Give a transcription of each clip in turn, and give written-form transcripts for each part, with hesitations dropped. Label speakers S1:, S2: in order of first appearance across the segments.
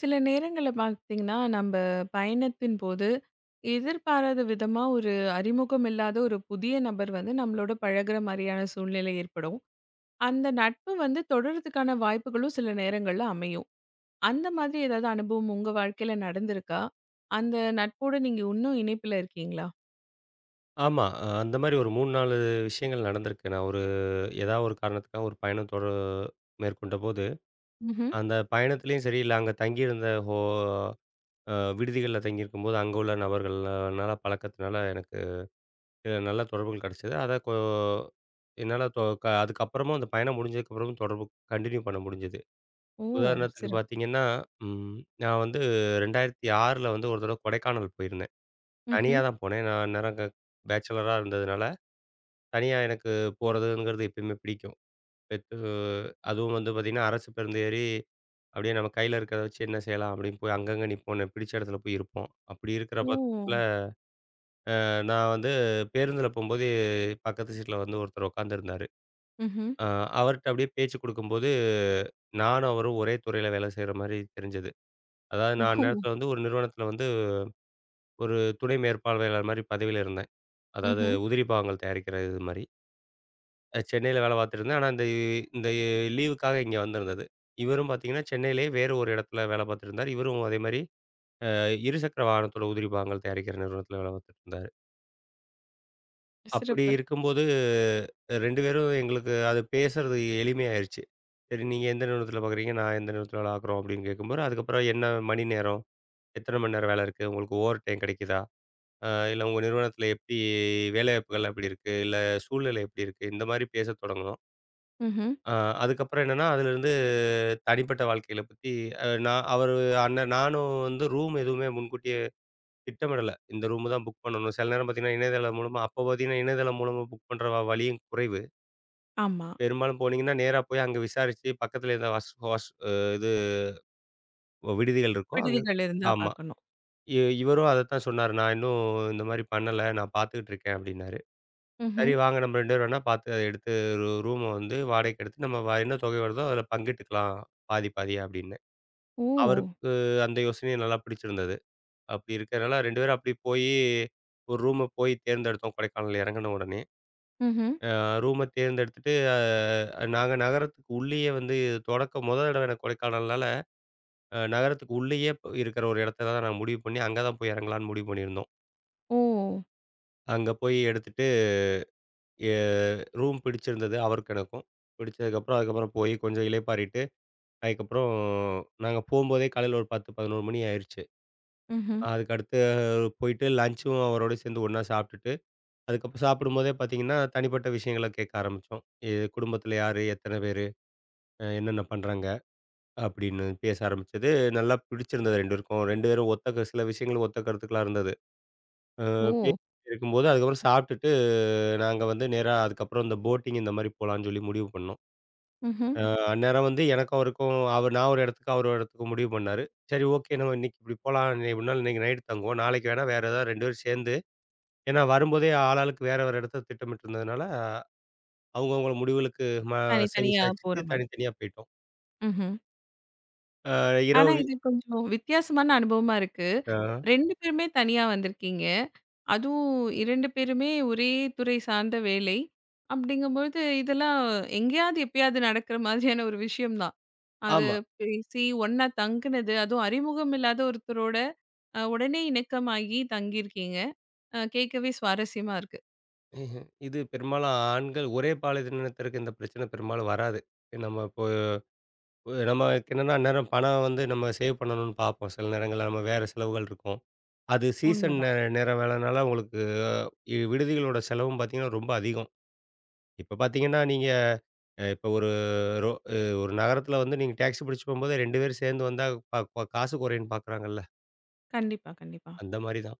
S1: சில நேரங்கள்ல பார்த்தீங்கன்னா, நம்ப பயணத்தின் போது எதிர்பாராத விதமா ஒரு அறிமுகம் இல்லாத ஒரு புதிய நபர் வந்து நம்மளோட பழகுற மாரியான சூழ்நிலை ஏற்படும். அந்த நட்பு வந்து தொடர்றதுக்கான வாய்ப்புகளும் சில நேரங்கள்ல அமையும். அந்த மாதிரி ஏதாவது அனுபவம் உங்க வாழ்க்கையில நடந்திருக்கா? அந்த நட்போட நீங்க இன்னும் இணைப்பில இருக்கீங்களா?
S2: ஆமா. அந்த மாரி ஒரு 3, 4 விஷயங்கள் நடந்திருக்கு. நான் ஒரு ஏதாவது ஒரு காரணத்துக்காக ஒரு பயணம் மேற்கொண்டபோது,
S1: ம்ஹ்ம்.
S2: அந்த பயணத்திலயும் சரி, இல்ல அங்க தங்கியிருந்த ஹோ அ விடுதிகள்ல தங்கியிருக்கும்போது, அங்க உள்ள நபர்கள்னால பழக்கத்தினால எனக்கு நல்ல தொடர்புகள் கிடைச்சது. அத கொ என்னால தொ க அதுக்கப்புறமும் அந்த பயணம் முடிஞ்சதுக்கப்புறமும் தொடர்பு கன்டின்யூ பண்ண முடிஞ்சது.
S1: ஓ!
S2: உதாரணத்துக்கு
S1: சிறப்பு.
S2: பார்த்தீங்கன்னா, ம் நான் வந்து 2006ல வந்து ஒரு தடவ கொடைக்கானல் போயிருந்தேன். தனியா
S1: ம்ஹ்ம்.
S2: தான் போனேன். நான் அந்நேரம் பேச்சலரா இருந்ததுனால தனியா எனக்கு போறதுங்கிறது எப்பயுமே பிடிக்கும். பெத்து அதுவும் வந்து பார்த்தீங்கன்னா, அரசு பேருந்து ஏறி அப்படியே நம்ம கையில இருக்கிறத வச்சு என்ன செய்யலாம் அப்படின்னு போய் அங்கங்க நிப்போம். பிடிச்ச இடத்துல போய் இருப்போம். அப்படி இருக்கிற
S1: ஓ!
S2: பட்சத்தில நான் வந்து பேருந்தில போம்போது பக்கத்து சீட்ல வந்து ஒருத்தர் உட்காந்துருந்தாரு.
S1: ம்ஹ்ம்.
S2: அ அவர்ட்ட அப்படியே பேச்சு குடுக்கும்போது, நானும் அவரும் ஒரே துறையில வேலை செய்ற மாரி தெரிஞ்சது. அதாவது
S1: ஓ!
S2: நான் அந்நேரத்தில வந்து ஒரு நிறுவனத்தில வந்து ஒரு துணை மேற்பார்வையாளர் மாரி பதவியில இருந்தேன். அதாவது
S1: ம்ஹ்ம்.
S2: உதிரி பாகங்கள் தயாரிக்கிற இது மாரி. சென்னையில வேலை பார்த்துட்டு இருந்தேன். ஆனா இந்த இந்த லீவுக்காக இங்க வந்திருந்தது. இவரும் பார்த்தீங்கன்னா, சென்னையிலேயே வேறு ஒரு இடத்துல வேலை பார்த்துட்டு இருந்தாரு. இவரும் அதே மாரி அ இருசக்கர வாகனத்தோட உதிரி பாகங்கள் தயாரிக்கிற நிறுவனத்தில வேலை பார்த்துட்டு இருந்தாரு. அப்படி
S1: சிறப்பு.
S2: இருக்கும்போது 2 பேரும் எங்களுக்கு அது பேசுறது எளிமையாயிருச்சு. சரி நீங்க எந்த நிறுவனத்தில பார்க்குறீங்க? நான் எந்த நிறுவனத்தில வேலை பார்க்குறோம் அப்படின்னு கேட்கும்போது, அதுக்கப்புறம் என்ன மணி நேரம்? எத்தனை மணி நேரம் வேலை இருக்கு? உங்களுக்கு ஓவர் டைம் கிடைக்குதா? இல்ல உங்க நிறுவனத்தில எப்படி வேலைவாய்ப்புகள் எப்படி இருக்கு? இல்ல சூழ்நிலை எப்படி இருக்கு? இந்த மாரி பேசத் தொடங்குனோம்.
S1: ம்ஹ்ம்.
S2: அ அதுக்கப்புறம் என்னன்னா, அதிலிருந்து தனிப்பட்ட வாழ்க்கைகள பத்தி அ நான் அவரு அண்ணன் நானும் வந்து ரூம் எதுவுமே முன்கூட்டியே திட்டமிடல. இந்த ரூமு தான் புக் பண்ணணும். சில நேரம் பார்த்தீங்கன்னா, இணையதளம் மூலமா அப்போ பார்த்தீங்கன்னா, இணையதளம் மூலமா புக் பண்ற வழியும் குறைவு.
S1: ஆமா.
S2: பெரும்பாலும் போனீங்கன்னா, நேரா போய் அங்க விசாரிச்சு பக்கத்துல எதா வாஷ் வாஷ் அ இது விடுதிகள் இருக்கோ அங்க
S1: விடுதிகள் இருந்தா
S2: ஆமா.
S1: பார்க்கணும்.
S2: இ இவரும் அதத்தான் சொன்னாரு. "நான் இன்னும் இந்த மாரி பண்ணல. நான் பார்த்துக்கிட்டு இருக்கேன்" அப்படின்னாரு. சரி
S1: ம்ஹ்ம்.
S2: வாங்க நம்ம 2 பேரும் வேணா பார்த்து அத எடுத்து ரூம வந்து வாடகைக்கு எடுத்து நம்ம வ என்ன தொகை வருதோ அதில பங்கிட்டுக்கலாம். பாதி பாதியா அப்படின்னு.
S1: ஓ!
S2: அவருக்கு அந்த யோசனையும் நல்லா பிடிச்சிருந்தது. அப்படி இருக்கிறனால 2 பேரும் அப்படி போயி, ஒரு ரூம போய் தேர்ந்தெடுத்தோம் கொடைக்கானல்ல இறங்குன உடனே.
S1: ம்ஹ்ம்.
S2: அ ரூம தேர்ந்தெடுத்துட்டு நாங்க நகரத்துக்கு உள்ளேயே வந்து தொடக்க மொத தடவ எனக்கு கொடைக்கானல்னால, நகரத்துக்கு உள்ளேயே இருக்கிற ஒரு இடத்த தான் நான் முடிவு பண்ணி, அங்க தான் போய் இறங்கலான்னு முடிவு பண்ணியிருந்தோம்.
S1: ஓ!
S2: அங்க போய் எடுத்துட்டு எ ரூம் பிடிச்சிருந்தது அவருக்கும் எனக்கும். பிடிச்சதுக்கப்புறம் அதுக்கப்புறம் போய் கொஞ்சம் இளைப்பாறிட்டு, அதுக்கப்புறம் நாங்க போம்போதே காலையில ஒரு 10, 11 மணி ஆயிருச்சு.
S1: ம்ஹ்ம்.
S2: அதுக்கடுத்து போயிட்டு லஞ்சும் அவரோட சேர்ந்து ஒண்ணா சாப்பிட்டுட்டு அதுக்கப்புறம் சாப்பிடும்போதே பார்த்தீங்கன்னா, தனிப்பட்ட விஷயங்கள கேட்க ஆரம்பிச்சோம். எ குடும்பத்தில யாரு? எத்தன பேரு? என்னென்ன பண்றாங்க? அப்படின்னு பேச ஆரம்பிச்சது, நல்லா பிடிச்சிருந்தது 2 பேருக்கும். 2 பேரும் ஒத்த க சில விஷயங்கள் ஒத்த கருத்துக்களா இருந்தது.
S1: ஓ!
S2: பேசிட்டு இருக்கும்போது, அதுக்கப்புறம் சாப்பிட்டுட்டு நாங்க வந்து நேரா அதுக்கப்புறம் இந்த போட்டிங் இந்த மாரி போலான்னு சொல்லி முடிவு பண்ணோம்.
S1: ம்ஹ்ம்.
S2: அந்நேரம் வந்து எனக்கும் அவருக்கும் அவர் நான் ஒரு இடத்துக்கு, அவர் ஒரு இடத்துக்கு முடிவு பண்ணாரு. சரி ஓகே நம்ம இன்னைக்கு இப்படி போலாம். இன்னை ஒரு நாள் இன்னைக்கு நைட் தங்குவோம். நாளைக்கு வேணா வேற ஏதாவது 2 பேரும் சேர்ந்து ஏன்னா வரும்போதே ஆளாளுக்கு வேற இடத்த திட்டமிட்டிருந்ததுனால அவங்கவங்கள முடிவுகளுக்கு ம செவி
S1: தனித்தனியா போற
S2: சாய்ச்சிட்டு
S1: மாரி.
S2: தனித்தனியா போயிட்டோம்.
S1: ம்ஹ்ம்.
S2: அ இரவு
S1: ஆனா,
S2: வி
S1: இது கொஞ்சம் வித்தியாசமான அனுபவமா இருக்கு.
S2: அ
S1: 2 பேருமே தனியா வந்திருக்கீங்க. அதுவும் 2 பேருமே ஒரே துறை சார்ந்த வேலை. அப்படிங்கும்பொழுது, இதெல்லாம் எங்கேயாவது எப்பயாவது நடக்கிற மாதிரியான ஒரு விஷயம் தான். அது
S2: ஆமா.
S1: பேசி ஒண்ணா தங்குனது, அதுவும் அறிமுகம் இல்லாத ஒருத்தரோட உடனே இணக்கமாகி தங்கியிருக்கீங்க. கேட்கவே சுவாரஸ்யமா இருக்கு.
S2: இது பெரும்பாலும் ஆண்கள் ஒரே பாலினத்தினருக்கு இந்த பிரச்சனை பெரும்பாலும் வராது. நம்ம இப்போ நமக்கு என்னன்னா, அந்நேரம் பணம் வந்து நம்ம சேவ் பண்ணணும்னு பார்ப்போம். சில நேரங்கள்ல நம்ம வேற செலவுகள் இருக்கும். அது சீசன் நே
S1: உண்மதான்.
S2: நேரம் வேலைனால உங்களுக்கு விடுதிகளோட செலவும் பார்த்தீங்கன்னா, ரொம்ப அதிகம். இப்ப பார்த்தீங்கன்னா, நீங்க இப்ப ஒரு ரோ அ ஒரு நகரத்தில வந்து நீங்க டாக்ஸி பிடிச்சு போம்போது 2 பேரும் சேர்ந்து வந்தா காசு குறையும்ன்னு பார்க்குறாங்கல்ல.
S1: கண்டிப்பா, கண்டிப்பா.
S2: அந்த மாரி தான்.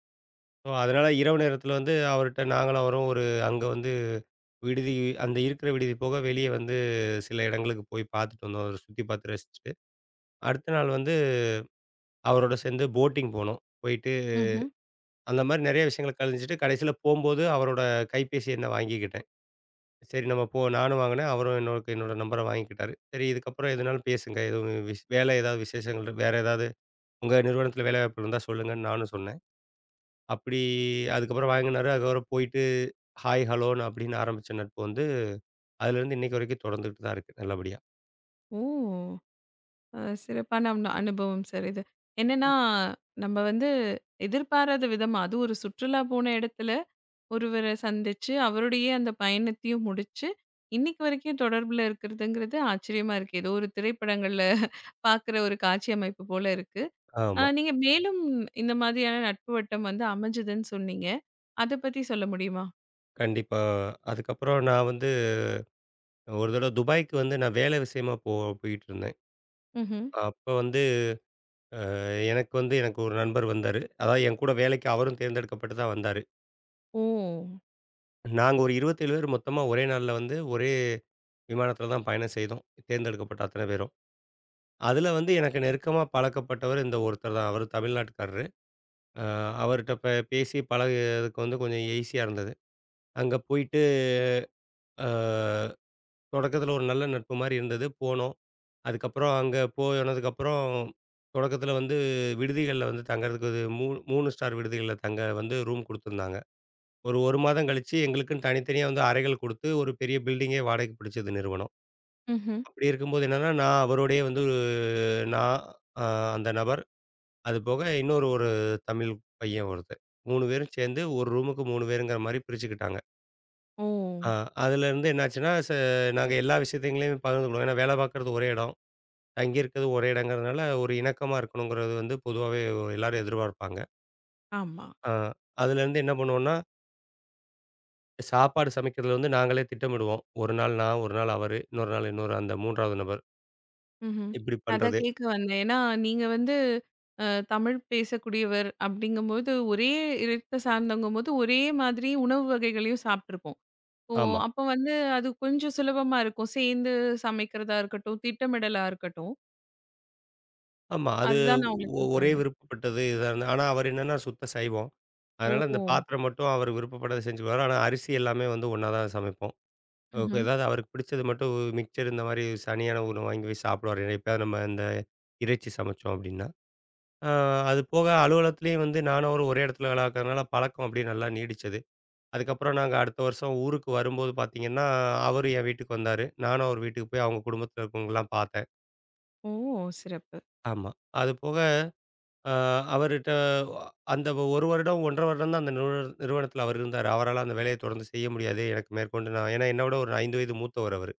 S2: ஓ! அதனால இரவு நேரத்தில வந்து அவர்ட்ட நாங்களும் அவரும் ஒரு அங்க வந்து விடுதி அந்த இருக்கிற விடுதி போக வெளிய வந்து சில இடங்களுக்கு போய் பார்த்துட்டு வந்தோம். அத சுத்தி பார்த்து ரசிச்சுட்டு. அடுத்த நாள் வந்து அவரோட சேர்ந்து போட்டிங் போனோம். போயிட்டு
S1: ம்ஹ்ம்.
S2: அந்த மாரி நெறைய விஷயங்கள கழிஞ்சுட்டு கடைசியில போம்போது அவரோட கைபேசி எண்ண வாங்கிக்கிட்டேன். சரி நம்ம போ நானும் வாங்கினேன். அவரும் என்னோட என்னோட நம்பர வாங்கிக்கிட்டாரு. சரி இதுக்கப்புறம் எதுனாலும் பேசுங்க. எதுவும் வேலை ஏதாவது விசேஷங்கள் வேற ஏதாவது உங்க நிறுவனத்தில வேலைவாய்ப்பு இருந்தா சொல்லுங்கன்னு நானும் சொன்னேன். அப்படி அதுக்கப்புறம் வாங்கினாரு. அதுக்கப்புறம் போயிட்டு ஹாய், ஹலோன்னு அப்படின்னு ஆரம்பிச்ச நட்பு வந்து அதுலேருந்து இன்னைக்கு வரைக்கும் தொடர்ந்துகிட்டு தான் இருக்கு நல்லபடியா.
S1: ஓ! சிறப்பான அனுபவம் சார் இது. என்னன்னா, நம்ம வந்து எதிர்பாராத விதமா, அது ஒரு சுற்றுலா போன இடத்துல ஒருவர சந்திச்சு, அவருடைய அந்த பயணத்தையும் முடிச்சு, இன்னைக்கு வரைக்கும் தொடர்புல இருக்கிறதுங்கிறது ஆச்சரியமா இருக்கு. ஏதோ ஒரு திரைப்படங்கள்ல பார்க்குற ஒரு காட்சி அமைப்பு போல இருக்கு.
S2: ஆமா.
S1: நீங்க மேலும் இந்த மாதிரியான நட்பு வட்டம் வந்து அமைஞ்சதுன்னு சொன்னீங்க. அத பத்தி சொல்ல முடியுமா?
S2: கண்டிப்பா. அதுக்கப்புறம் நான் வந்து ஒரு தடவ துபாய்க்கு வந்து நான் வேலை விஷயமா போயிட்டுருந்தேன்.
S1: ம்ஹ்ம்.
S2: அப்ப வந்து எனக்கு ஒரு நண்பர் வந்தாரு. அதாவது என் கூட வேலைக்கு அவரும் தேர்ந்தெடுக்கப்பட்டு தான் வந்தாரு.
S1: ஓ!
S2: நாங்க ஒரு 27 பேர் மொத்தமா ஒரே நாள்ல வந்து ஒரே விமானத்தில தான் பயணம் செய்தோம். தேர்ந்தெடுக்கப்பட்ட அத்தன பேரும். அதுல வந்து எனக்கு நெருக்கமா பழக்கப்பட்டவர் இந்த ஒருத்தர் தான். அவரு தமிழ்நாட்டுக்காரரு. அ அவர்ட்ட பேசி பழகியதுக்கு வந்து கொஞ்சம் ஈஸியா இருந்தது. அங்க போயிட்டு, அ தொடக்கத்தில ஒரு நல்ல நட்பு மாரி இருந்தது. போனோம். அதுக்கப்புறம் அங்க போனதுக்கப்புறம், தொடக்கத்தில வந்து விடுதிகள்ல வந்து தங்கறதுக்கு ஒரு 3 ஸ்டார் விடுதிகள்ல தங்க வந்து ரூம் குடுத்துருந்தாங்க. ஒரு 1 மாதம் கழிச்சு எங்களுக்குன்னு தனித்தனியா வந்து அறைகள் குடுத்து, ஒரு பெரிய பில்டிங்கே வாடகைக்கு பிடிச்சது நிறுவனம்.
S1: ம்ஹ்ம்.
S2: அப்படி இருக்கும்போது என்னன்னா, நான் அவரோடயே வந்து ஒரு நான், அ அந்த நபர், அது போக இன்னொரு ஒரு தமிழ் பையன் ஒருத்தன். 3 பேரும் சேர்ந்து ஒரு ரூமுக்கு 3 பேருங்கிற மாரி பிரிச்சுக்கிட்டாங்க.
S1: ஓ!
S2: அ அதுலருந்து என்னாச்சுன்னா, நாங்க எல்லா விஷயத்தையுமே பகிர்ந்துக்குவோம். ஏன்னா வேலை பாக்குறது ஒரே இடம். தங்கி இருக்கிறது ஒரே இடங்கிறதுனால, ஒரு இணக்கமா இருக்கணுங்கிறது வந்து பொதுவாவே எல்லாரும் எதிர்பார்ப்பாங்க.
S1: ஆமா.
S2: ஆ அதுலேருந்து என்ன பண்ணுவோம்னா, சாப்பாடு சமைக்கிறதுல வந்து நாங்களே திட்டமிடுவோம். ஒரு நாள் நான், ஒரு நாள் அவரு, இன்னொரு நாள் இன்னொரு அந்த 3வது நபர்.
S1: ம்ஹ்ம்.
S2: இப்படி
S1: அதான்
S2: பண்றது.
S1: கேட்க வந்தேன். ஏன்னா, நீங்க வந்து அ தமிழ் பேசக்கூடியவர் அப்படிங்கும்போது, ஒரே இரத்த சார்ந்தவங்கும்போது, ஒரே மாதிரி உணவு வகைகளையும் சாப்ட்டுருப்போம். ஓ!
S2: ஆமா,
S1: அப்ப வந்து அது கொஞ்சம் சுலபமா இருக்கும். சேர்ந்து சமைக்கிறதா இருக்கட்டும், திட்டமிடலா இருக்கட்டும்.
S2: ஆமா. அது
S1: அதுதான் நான் உங்களுக்கு கேட்க
S2: ஒரே
S1: வந்தேன்.
S2: விருப்பப்பட்டது இதான ஆனா அவரு என்னன்னா சுத்த சைவம்.
S1: ஓ!
S2: அதனால அந்த பாத்திரம் மட்டும் அவரு விருப்பப்பட்டத செஞ்சுக்குவாரு. ஆனா அரிசி எல்லாமே வந்து ஒண்ணா தான் சமைப்போம். ஓகே.
S1: ம்ஹ்ம்.
S2: ஏதாவது அவருக்கு பிடிச்சது மட்டும் மிக்சர் இந்த மாரி சனியான ஒண்ணு வாங்கி போய் சாப்பிடுவாரு. எப்பயாவது நம்ம இந்த இறைச்சி சமைச்சோம் அப்படின்னா. அ அது போக அலுவலகத்திலேயும் வந்து நானும் அவரும் ஒரே இடத்துல வேலை பார்க்கறதுனால பழக்கம் அப்படியே நல்லா நீடிச்சது. அதுக்கப்புறம் நாங்க அடுத்த வருஷம் ஊருக்கு வரும்போது பார்த்தீங்கன்னா, அவரு என் வீட்டுக்கு வந்தாரு. நானும் அவர் வீட்டுக்கு போய் அவங்க குடும்பத்தில இருக்கவங்கலாம் பார்த்தேன்.
S1: ஓ! சிறப்பு.
S2: ஆமா. அது போக அ அவர்ட்ட அந்த 1 வருடம் 1 1/2 வருடம் தான் அந்த நிறுவனத்தில அவர் இருந்தாரு. அவரால அந்த வேலைய தொடர்ந்து செய்ய முடியாது. எனக்கு மேற்கொண்டு நான் ஏன்னா என்ன விட ஒரு 5 வயது மூத்தவர் அவரு.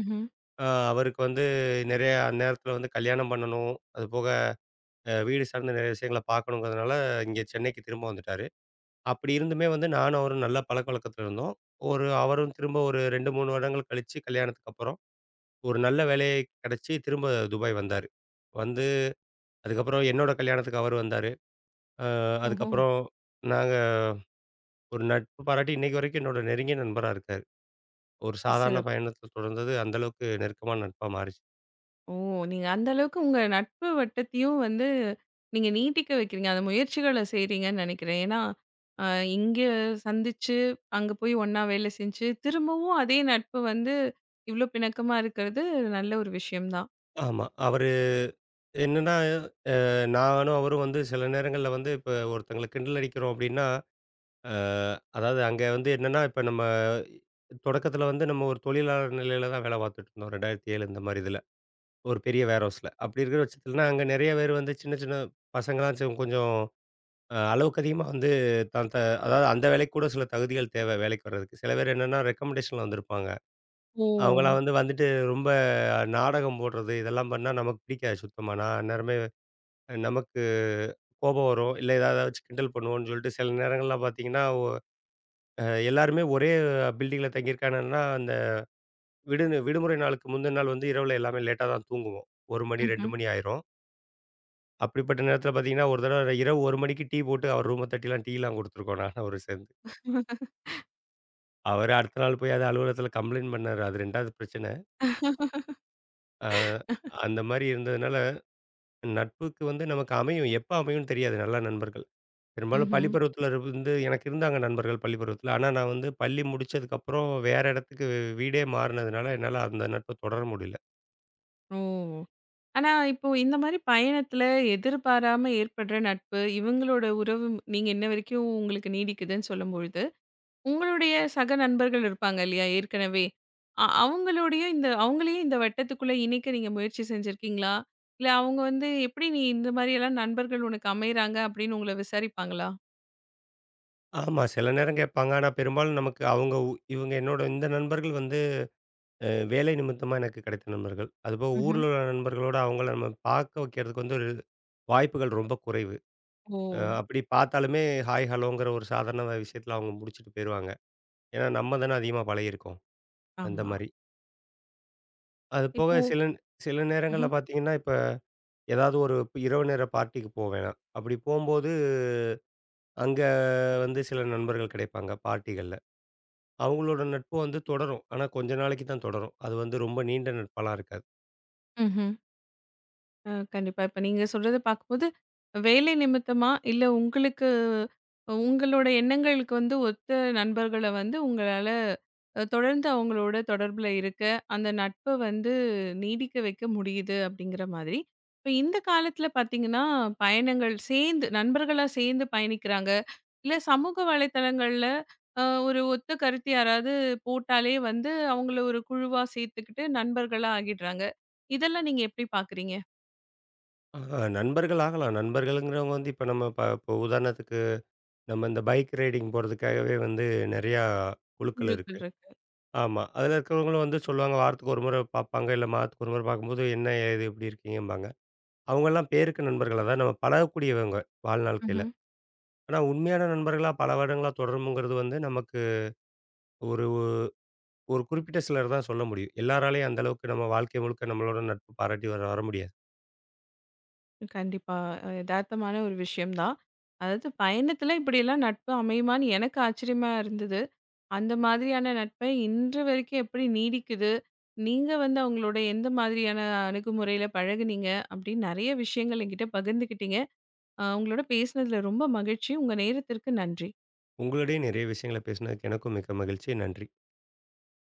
S1: ம்ஹ்ம்.
S2: அ அவருக்கு வந்து நிறைய அந்நேரத்தில வந்து கல்யாணம் பண்ணணும். அதுபோக வீடு சார்ந்த நிறைய விஷயங்கள பார்க்கணுங்கிறதுனால இங்கே சென்னைக்கு திரும்ப வந்துட்டாரு. அப்படி இருந்துமே வந்து நானும் அவரும் நல்ல பழக்கவழக்கத்துல இருந்தோம். அவரும் திரும்ப ஒரு 2, 3 வருடங்கள் கழிச்சு கல்யாணத்துக்கு அப்புறம், ஒரு நல்ல வேலை கிடைச்சு திரும்ப துபாய் வந்தாரு. வந்து அதுக்கப்புறம் என்னோட கல்யாணத்துக்கு அவரு வந்தாரு. அ
S1: ஓஹோ!
S2: அதுக்கப்புறம் நாங்க ஒரு நட்பு பாராட்டி இன்னைக்கு வரைக்கும் என்னோட நெருங்கிய நண்பரா இருக்காரு. ஒரு சாதாரண
S1: சிறப்பு.
S2: பயணத்த தொடர்ந்தது அந்த அளவுக்கு நெருக்கமான நட்பா மாறிச்சு.
S1: ஓ! நீங்க அந்த அளவுக்கு உங்க நட்பு வட்டத்தையும் வந்து, நீங்க நீட்டிக்க வைக்கிறீங்க. அந்த முயற்சிகள செய்றீங்கன்னு நெனைக்கிறேன். ஏன்னா, அ இங்க சந்திச்சு, அங்க போய் ஒண்ணா வேலை செஞ்சு, திரும்பவும் அதே நட்பு வந்து இவ்ளோ பிணக்கமா இருக்கிறது நல்ல ஒரு விஷயம் தான்.
S2: ஆமா. அவரு என்னன்னா, நானும் அவரும் வந்து சில நேரங்கள்ல வந்து இப்ப ஒருத்தங்கள கிண்டல் அடிக்கிறோம் அப்படின்னா அ அதாவது அங்க வந்து என்னன்னா, இப்ப நம்ம தொடக்கத்தில வந்து நம்ம ஒரு தொழிலாளர் நிலையில தான் வேலை பார்த்துட்டு இருந்தோம். 2007 இந்த மாரி இதுல. ஒரு பெரிய வேர் ஹவுஸ்ல. அப்படி இருக்கிற பட்சத்திலன்னா, அங்க நெறைய பேர் வந்து சின்ன சின்ன பசங்கலாம் கொஞ்சம் அளவுக்கு அதிகமா வந்து தான் த அதாவது அந்த வேலைக்கு கூட சில தகுதிகள் தேவை வேலைக்கு வர்றதுக்கு. சில பேர் என்னன்னா ரெக்கமெண்டேஷன்ல வந்திருப்பாங்க.
S1: ஓ!
S2: அவங்கலாம் வந்து வந்துட்டு ரொம்ப நாடகம் போடுறது, இதெல்லாம் பண்ணா நமக்கு பிடிக்காது சுத்தமா. நான் அந்நேரமே நமக்கு கோபம் வரும். இல்ல ஏதாவது வச்சு கிண்டல் பண்ணுவோம்ன்னு சொல்லிட்டு சில நேரங்கள்லாம் பார்த்தீங்கன்னா, ஒ அ எல்லாருமே ஒரே பில்டிங்ல தங்கியிருக்காங்கன்னா, அந்த விடுமுறை நாளுக்கு முந்தின நாள் வந்து இரவுல எல்லாமே லேட்டா தான் தூங்குவோம். 1 மணி, 2
S1: ம்ஹ்ம்,
S2: மணி ஆயிரும். அப்படிப்பட்ட நேரத்தில பார்த்தீங்கன்னா, ஒரு தடவ இரவு 1 மணிக்கு டீ போட்டு அவர் ரூம தட்டிலாம் டீலாம் குடுத்துருக்கோம் நானும் அவரும் சேர்ந்து. அவரு அடுத்த நாள் போய் அத அலுவலகத்தில கம்ப்ளைண்ட் பண்ணாரு. அது 2வது பிரச்சனை. அ அந்த மாரி இருந்ததுனால, நட்புக்கு வந்து நமக்கு அமையும். எப்ப அமையும்னு தெரியாது நல்ல நண்பர்கள். பெரும்பாலும் பள்ளி
S1: ம்ஹ்ம்.
S2: பருவத்தில இருந்து எனக்கு இருந்தாங்க நண்பர்கள் பள்ளி பருவத்தில. ஆனா நான் வந்து பள்ளி முடிச்சதுக்கப்புறம் வேற இடத்துக்கு வீடே மாறுனதுனால, என்னால அந்த நட்ப தொடர முடியல.
S1: ஓ! ஆனா, இப்போ இந்த மாரி பயணத்துல எதிர்பாராம ஏற்படுற நட்பு, இவங்களோட உறவு நீங்க இன்ன வரைக்கும் உங்களுக்கு நீடிக்குதுன்னு சொல்லும்பொழுது உங்களுடைய சக நண்பர்கள் இருப்பாங்க இல்லையா? ஏற்கனவே. அ அவங்களுடைய இந்த அவங்களையும் இந்த வட்டத்துக்குள்ள இணைக்க நீங்க முயற்சி செஞ்சிருக்கீங்களா? இல்ல அவங்க வந்து எப்படி நீ இந்த மாரியெல்லாம் நண்பர்கள் உனக்கு அமையறாங்க அப்படின்னு உங்கள விசாரிப்பாங்களா?
S2: ஆமா. சில நேரம் கேட்பாங்க. ஆனா பெரும்பாலும் நமக்கு அவங்க உ இவங்க என்னோட இந்த நண்பர்கள் வந்து வேலை நிமித்தமா எனக்கு கிடைத்த நண்பர்கள். அதுபோக
S1: ம்ஹ்ம்.
S2: ஊர்ல உள்ள நண்பர்களோட அவங்கள நம்ம பார்க்க வைக்கிறதுக்கு வந்து ஒரு வாய்ப்புகள் ரொம்ப குறைவு.
S1: ஓ!
S2: அப்படி பார்த்தாலுமே ஹாய், ஹலோங்கிற ஒரு சாதாரண விஷயத்துல அவங்க முடிச்சுட்டு போயிருவாங்க. ஏன்னா நம்ம தானே அதிகமா பழகியிருக்கோம். அந்த
S1: ஆமா.
S2: மாரி. அது போக
S1: இப்போ
S2: சில சில நேரங்கள்ல பார்த்தீங்கன்னா, இப்ப ஏதாவது ஒரு இப்ப இரவு நேர பார்ட்டிக்கு போவேணாம். அப்படி போம்போது, அங்க வந்து சில நண்பர்கள் கிடைப்பாங்க பார்ட்டிகள்ல. அவங்களோட நட்பு வந்து தொடரும். ஆனா, கொஞ்ச நாளைக்கு தான் தொடரும். அது வந்து ரொம்ப நீண்ட நட்பாலாம் இருக்காது.
S1: ம்ஹ்ம். கண்டிப்பா. இப்ப நீங்க சொல்றத பார்க்கும்போது, வேலை நிமித்தமா, இல்ல உங்களுக்கு உங்களோட எண்ணங்களுக்கு வந்து ஒத்த நண்பர்கள வந்து உங்களால தொடர்ந்து அவங்களோட தொடர்புல இருக்க, அந்த நட்ப வந்து நீடிக்க வைக்க முடியுது அப்படிங்கிற மாதிரி. இப்ப இந்த காலத்துல பார்த்தீங்கன்னா, பயணங்கள் சேர்ந்து நண்பர்களா சேர்ந்து பயணிக்கிறாங்க. இல்ல சமூக வலைத்தளங்கள்ல ஒரு ஒத்த கருத்து யாராவது போட்டாலே வந்து அவங்கள ஒரு குழுவா சேர்த்துக்கிட்டு நண்பர்களா ஆகிடுறாங்க. இதெல்லாம் நீங்க எப்படி பார்க்குறீங்க?
S2: நண்பர்கள் ஆகலாம். நண்பர்கள்ங்கிறவங்க வந்து இப்ப நம்ம ப இப்ப உதாரணத்துக்கு நம்ம இந்த பைக் ரைடிங் போறதுக்காகவே வந்து நெறையா குழுக்கள்
S1: குழுக்கள்
S2: இருக்கு.
S1: இருக்கு.
S2: ஆமா. அதுல இருக்கிறவங்களும் வந்து சொல்லுவாங்க. வாரத்துக்கு ஒரு முறை பார்ப்பாங்க. இல்ல மாதத்துக்கு ஒரு முறை பார்க்கும்போது, "என்ன ஏது எப்படி இருக்கீங்கம்பாங்க." அவங்கலாம் பேருக்கு நண்பர்கள். அதான் நம்ம பழகக்கூடியவங்க வாழ்நாள்க்கையில.
S1: ம்ஹ்ம்.
S2: ஆனா, உண்மையான நண்பர்களா பல வருடங்களா தொடரும்ங்கிறது வந்து நமக்கு ஒரு ஒரு குறிப்பிட்ட சிலர் தான் சொல்ல முடியும். எல்லாராலயும் அந்த அளவுக்கு நம்ம வாழ்க்கை முழுக்க நம்மளோட நட்பு பாராட்டி வர வர முடியாது.
S1: கண்டிப்பா. எதார்த்தமான ஒரு விஷயம் தான். அதாவது பயணத்துல இப்படியெல்லாம் நட்பு அமையுமான்னு எனக்கு ஆச்சரியமா இருந்தது. அந்த மாதிரியான நட்பை இன்று வரைக்கும் எப்படி நீடிக்குது? நீங்க வந்து அவங்களோட எந்த மாதிரியான அணுகுமுறையில பழகுனீங்க? அப்படின்னு நெறைய விஷயங்கள் என்கிட்ட பகிர்ந்துக்கிட்டீங்க. உங்களோட பேசினதுல ரொம்ப மகிழ்ச்சி. உங்க நேரத்திற்கு நன்றி.
S2: உங்களுடையே நிறைய விஷயங்கள பேசினதுக்கு எனக்கும் மிக்க மகிழ்ச்சி. நன்றி.